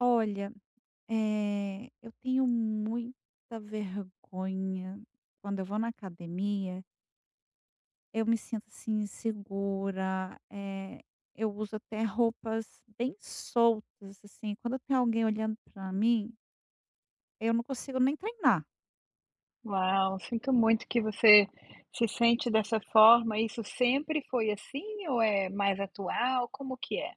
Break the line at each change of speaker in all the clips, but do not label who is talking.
Olha, eu tenho muita vergonha. Quando eu vou na academia, eu me sinto assim insegura, eu uso até roupas bem soltas, assim, quando tem alguém olhando pra mim, eu não consigo nem treinar.
Uau, sinto muito que você se sente dessa forma. Isso sempre foi assim ou é mais atual? Como que é?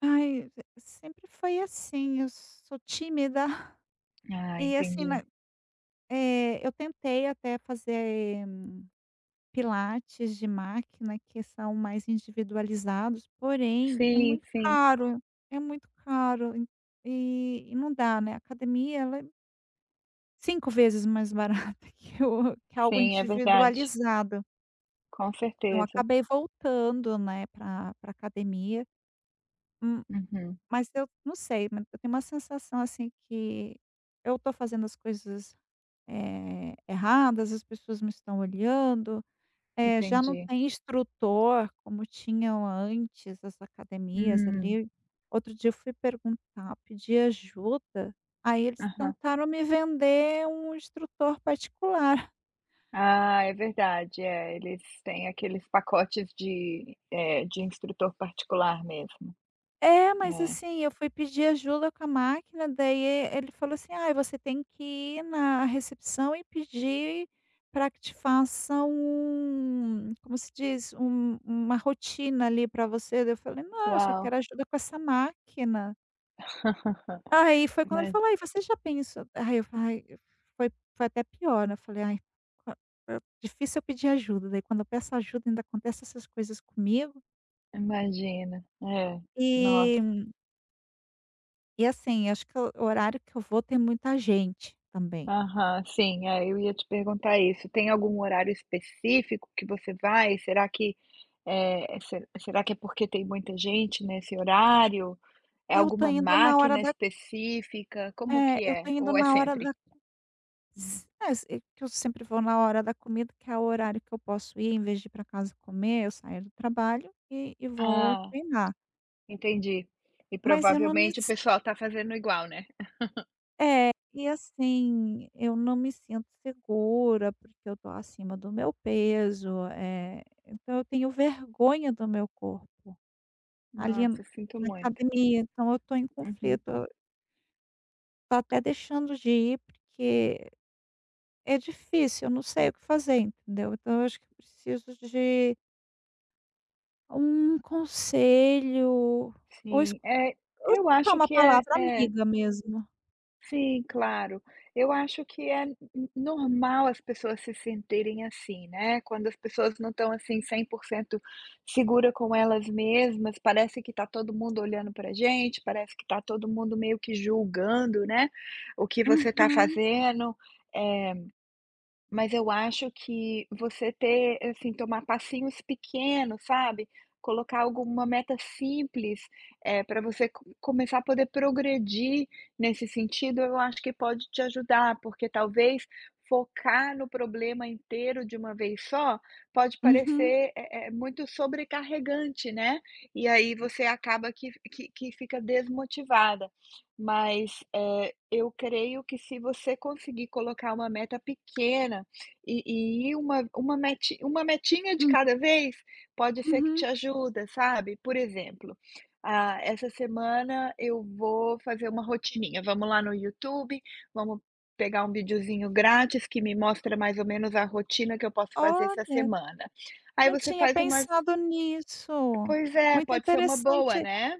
Ai, sempre foi assim, eu sou tímida.
Ah,
E assim,
entendi.
eu tentei até fazer pilates de máquina que são mais individualizados, porém
Sim, sim.
é muito caro en e não dá, né, a academia ela é 5 vezes mais barata que o que algo
Sim, é verdade.
individualizado.
Com
Então
certeza.
acabei voltando, né, para academia, hum,
Uhum,
mas eu não sei, mas eu tenho uma sensação, assim, que eu tô fazendo as coisas, erradas, as pessoas me estão olhando. É, já não
entendi.
tem instrutor como tinham antes as academias
Hum,
ali. Outro dia eu fui perguntar, pedir ajuda, aí eles
aham.
tentaram me vender um instrutor particular.
Ah, é verdade. É, eles têm aqueles pacotes de instrutor particular mesmo.
É, mas
É.
assim, eu fui pedir ajuda com a máquina, daí ele falou assim: "Ai, você tem que ir na recepção e pedir para que te façam um como se diz? Uma rotina ali para você". Daí eu falei: "Não, eu só quero
Uau!
ajuda com essa máquina". Aí foi quando
Ima
ele falou: "Aí, você já pensou". Aí eu falei: ai, foi até pior, né, eu falei: "Ai, qua difícil eu pedir ajuda, daí quando eu peço ajuda ainda acontece essas coisas comigo".
imagina. É. Nossa.
E e assim, acho que o horário que eu vou tem muita gente também.
Aham, sim, eu ia te perguntar isso. Tem algum horário específico que você vai? Será que, é se Será que é porque tem muita gente nesse horário? É
Eu tô
alguma
indo na hora
máquina
da
específica? Como que
eu
é?
tô indo
Ou é
na hora
sempre?
da é,
Uhum.
s é, se Que eu sempre vou na hora da comida, que é o horário que eu posso ir, em vez de ir pra casa comer, eu saio do trabalho e vou
Ah,
treinar.
entendi. E
Mas eu não me.
provavelmente o pessoal tá fazendo igual, né?
É, e assim, eu não me sinto segura, porque eu tô acima do meu peso, então eu tenho vergonha do meu corpo. Ali
Nossa, sinto
na
muito.
academia, então eu tô em
Uhum.
conflito, eu tô até deixando de ir, porque é difícil, eu não sei o que fazer, entendeu. Então eu acho que eu preciso de um conselho, ou
Sim,
escu ou
eu
escutar
acho
uma
que é
palavra
é
amiga mesmo.
Sim, claro. Eu acho que é n normal as pessoas se sentirem assim, né, quando as pessoas não estão, assim, 100% segura com elas mesmas. Parece que tá todo mundo olhando pra gente, parece que tá todo mundo meio que julgando, né, o que você tá
Uhum,
fazendo. eh mas eu acho que você ter, assim, tomar passinhos pequenos, sabe, colocar alguma meta simples, para você co começar a poder progredir nesse sentido. Eu acho que pode te ajudar, porque talvez focar no problema inteiro de uma vez só pode
uhum,
parecer, muito sobrecarregante, né, e aí você acaba que fica desmotivada. Mas, eu creio que se você conseguir colocar uma meta pequena, e uma metinha de
hum,
cada vez pode ser que te
uhum.
ajuda, sabe. Por exemplo, ah, essa semana eu vou fazer uma rotininha. Vamos lá no YouTube, vamos pegar um videozinho grátis que me mostra mais ou menos a rotina que eu posso fazer essa
Olha.
semana. Aí
Não
você
tinha
faz umas,
pensado nisso.
pois é,
Muito
pode ser uma
interessante.
boa, né.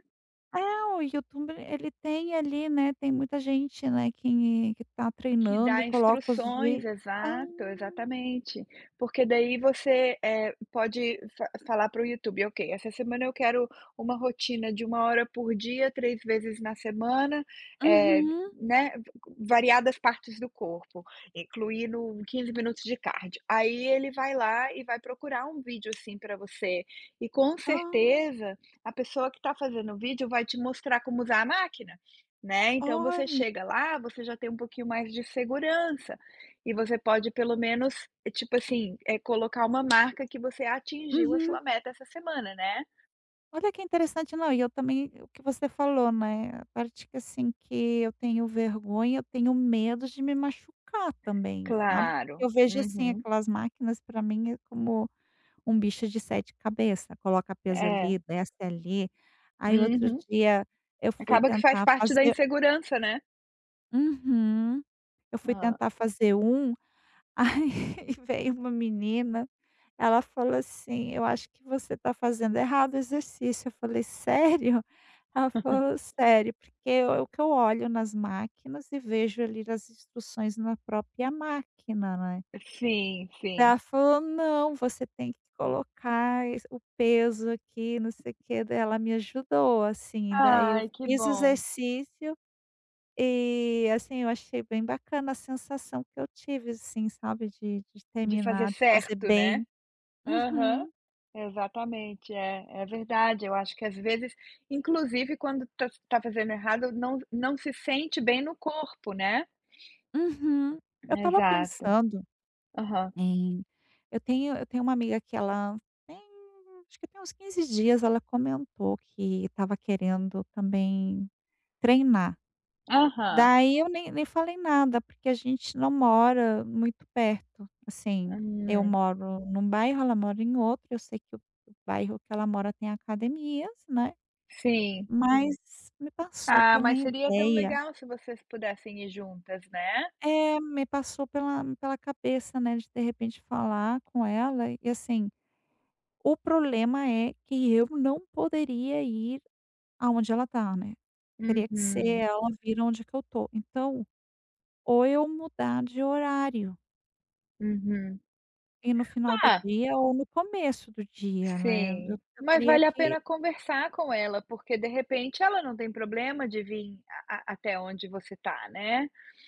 É, o YouTube ele tem ali, né, tem muita gente, né, que tá
Que
treinando e
dá
coloca os
instruções,
vídeos. Ah.
exato, exatamente. Porque daí você, pode fa falar para o YouTube: "Ok, essa semana eu quero uma rotina de uma hora por dia, 3 vezes na semana, eh,
Uhum.
né, variadas partes do corpo, incluindo 15 minutos de cardio". Aí ele vai lá e vai procurar um vídeo assim para você. E com
Ah,
certeza a pessoa que está fazendo o vídeo vai te mostrar como usar a máquina. Né, então você
olha.
chega lá, você já tem um pouquinho mais de segurança, e você pode pelo menos, tipo assim, colocar uma marca que você atingiu a sua
Uhum.
meta essa semana, né.
Olha que interessante. Não, e eu também o que você falou, né, a parte que, assim, que eu tenho vergonha, eu tenho medo de me machucar também, sabe.
Claro.
Eu vejo, assim,
Uhum.
aquelas máquinas para mim é como um bicho de 7 cabeças, coloca peso
É.
ali, desce ali. Aí outro
Uhum.
dia eu fui
Acaba que faz
tentar
parte da
fazer.
insegurança, né.
Uhum. Eu fui
Hã.
tentar fazer um, aí veio uma menina, ela falou assim: "Eu acho que você está fazendo errado o exercício". Eu falei: "Sério?". Ela falou: "Sério, porque é o que eu olho nas máquinas e vejo ali as instruções na própria máquina, né".
Sim, sim.
Ela falou: "Não, você tem que colocar es o peso aqui, não sei o quê", daí ela me ajudou, assim, daí eu
Ai, que
fiz o
bom.
exercício e, assim, eu achei bem bacana a sensação que eu tive, assim, sabe, de
De fazer
terminar, de fazer
certo, né.
bem.
Aham,
Uhum,
exatamente, é, é verdade. Eu acho que às vezes, inclusive quando tá fazendo errado, não se sente bem no corpo, né.
uhum. Eu tava
Exato.
pensando
Aham,
em eu tenho uma amiga que ela tem, acho que tem uns 15 dias, ela comentou que estava querendo também treinar.
aham.
Daí eu nem falei nada, porque a gente não mora muito perto, assim, eu
Hum,
moro num bairro, ela mora em outro, eu sei que o bairro que ela mora tem academias, né,
sim.
mas me passou
Ah,
pela
mas seria tão
ideia,
legal se vocês pudessem ir juntas, né.
me passou pela cabeça, né, de repente falar com ela e assim, o problema é que eu não poderia ir aonde ela tá, né, teria que ser
Uhum,
ela vir aonde que eu tô. Então, ou eu mudar de horário.
uhum.
E no final do
Ah,
dia ou no começo do dia, né, eu
sim.
eu
Mas
teria
vale a
que.
pena conversar com ela, porque de repente ela não tem problema de vir a até onde você tá, né.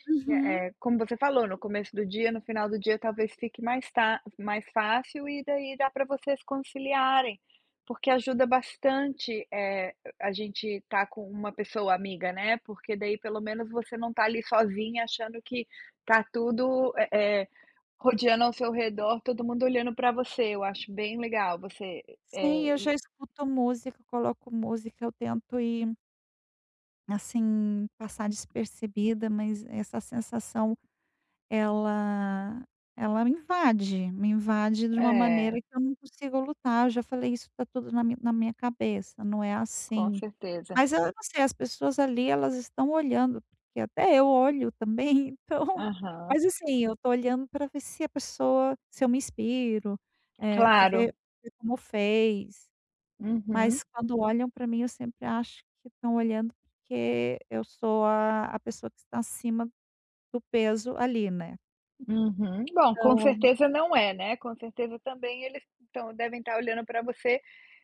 Uhum.
É, como você falou, no começo do dia, no final do dia, talvez fique mais fácil, e daí dá para vocês conciliarem, porque ajuda bastante. É a gente estar com uma pessoa amiga, né, porque daí pelo menos você não tá ali sozinha achando que tá tudo, eh, rodeando ao seu redor, todo mundo olhando para você. Eu acho bem legal você,
Sim,
é
eu
e
já escuto música, coloco música, eu tento ir, assim, passar despercebida, mas essa sensação ela ela me invade de uma maneira
é,
que eu não consigo lutar, eu já falei: "Isso tá tudo na mi na minha cabeça, não é
com
assim".
certeza.
Mas eu não sei, as pessoas ali elas estão olhando, porque até eu olho também, então
Aham,
mas assim, eu tô olhando pra ver se a pessoa se eu me inspiro, eh,
claro.
ver ver como fez,
Uhum.
mas quando olham pra mim eu sempre acho que estão olhando porque eu sou a pessoa que está acima do peso ali, né,
Uhum. Bom, com
então.
certeza não é, né. Com certeza também eles estão, devem estar olhando para você,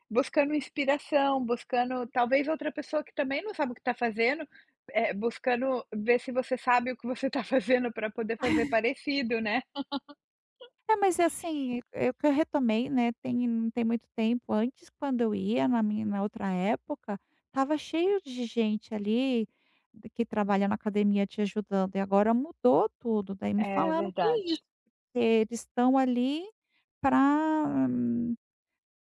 buscando inspiração, buscando talvez outra pessoa que também não sabe o que está fazendo, é buscando ver se você sabe o que você está fazendo para poder fazer parecido, né.
É, mas é assim, é o que eu retomei, né, tem não tem muito tempo, antes quando eu ia na outra época, tava cheio de gente ali, d que trabalha na academia te ajudando, e agora mudou tudo, daí me
É
falaram que é isso,
verdade.
que eles estão ali para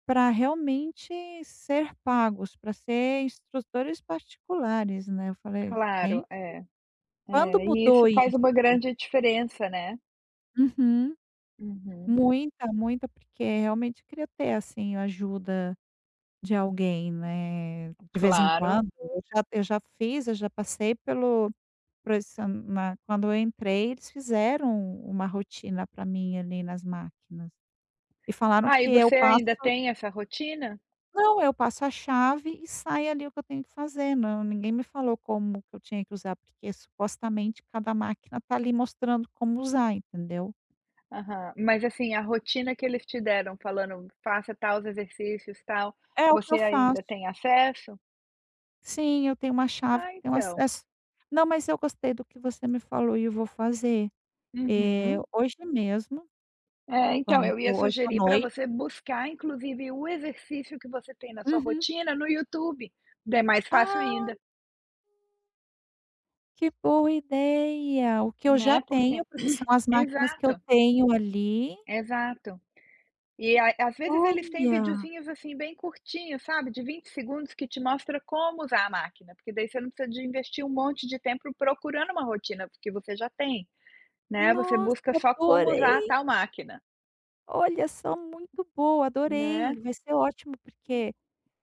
para realmente ser pagos, para ser instrutores particulares, né, eu falei:
Claro,
"Gente,
é,
quando
é, e
mudou
isso faz
isso?".
uma grande diferença, né.
Uhum.
Uhum,
Muita, muita, porque realmente queria ter, assim, a ajuda de alguém, né, de vez em
claro.
quando. Eu já fiz, eu já passei pelo por esse na quando eu entrei, eles fizeram uma rotina pra mim ali nas máquinas e falaram
Ah, e
que eu
você
passo.
ainda tem essa rotina?
Não, eu passo a chave e sai ali o que eu tenho que fazer, não, ninguém me falou como que eu tinha que usar, porque supostamente cada máquina tá ali mostrando como usar, entendeu.
Aham. Mas, assim, a rotina que eles te deram falando: "Faça tais exercícios, tal",
É o que
você
eu
ainda
faço.
tem acesso?
Sim, eu tenho uma chave
Ah,
que tem um
então.
acesso. Não, mas eu gostei do que você me falou e eu vou fazer.
Uhum.
Hoje mesmo,
É, então,
quando
eu ia
hoje à
sugerir para
noite.
você buscar, inclusive, o exercício que você tem na sua
Uhum.
rotina no YouTube. É mais fácil
Ah,
ainda,
que boa ideia! O que eu já
né, porque
tenho, porque são as máquinas que eu
exato,
tenho ali.
exato. E a às vezes eles têm
Olha!
videozinhos, assim, bem curtinhos, sabe, de 20 segundos, que te mostra como usar a máquina, porque daí você não precisa de investir um monte de tempo procurando uma rotina, porque você já tem, né. Você
Nossa,
busca só como usar a
adorei!
tal máquina,
Olha só, muito boa,
né.
adorei. Vai ser ótimo, porque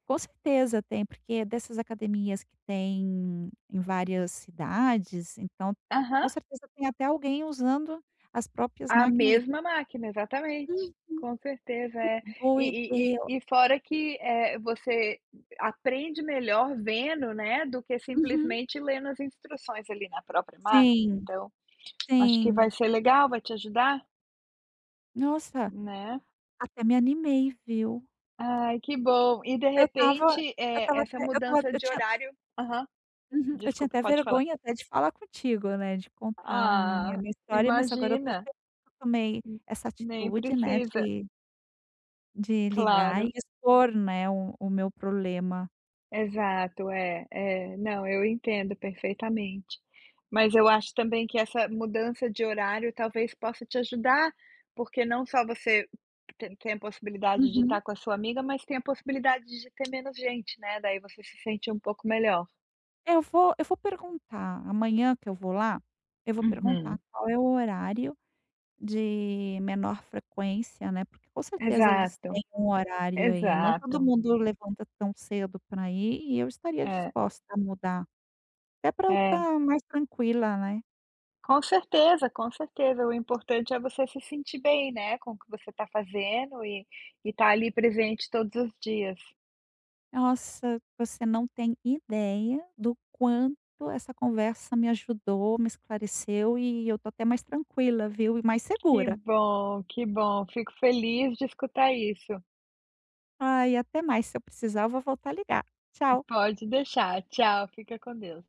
com certeza tem, porque dessas academias que tem em várias cidades, então
Aham,
com certeza tem até alguém usando as próprias
a
máquinas.
mesma máquina, exatamente.
Uhum.
Com certeza, é.
Boa
E e
ideia.
e e fora que, é, você aprende melhor vendo, né, do que
Uhum.
simplesmente lendo as instruções ali na própria máquina.
Sim,
Então acho que
sim.
vai ser legal, vai te ajudar.
Nossa,
Né.
até me animei, viu.
Ai, que bom. E de
Eu estava
repente,
eu
é,
estava
essa
até eu estava
mudança
Eu
de
tinha.
horário, aham,
Uhum. Eu tinha
desculpa,
até
pode falar.
vergonha até de falar contigo, né, de contar a minha
Ah,
minha história, mas agora eu estou
imagina,
feliz que eu tomei
n
essa
nem
atitude, né,
precisa.
de ligar e
Claro,
expor, né, o meu problema.
exato, é, é. Não, eu entendo perfeitamente. Mas eu acho também que essa mudança de horário talvez possa te ajudar, porque não só você tem a possibilidade de
Uhum.
estar com a sua amiga, mas tem a possibilidade de ter menos gente, né, daí você se sente um pouco melhor.
Eu vou perguntar, amanhã que eu vou lá, eu vou perguntar
Uhum,
qual é o horário de menor frequência, né, porque com certeza eles
exato.
têm um horário aí, não todo
Exato.
mundo levanta tão cedo para ir e eu estaria
É,
disposta a mudar, até para eu
é.
estar mais tranquila, né.
Com certeza, com certeza. O importante é você se sentir bem, né, com o que você está fazendo e tá ali presente todos os dias.
Nossa, você não tem ideia do quanto essa conversa me ajudou, me esclareceu e eu tô até mais tranquila, viu, e mais
Que
segura.
bom, que bom. Fico feliz de escutar isso.
Ai, até mais, se eu precisar eu vou voltar a ligar. Tchau.
Pode deixar. Tchau, fica com Deus.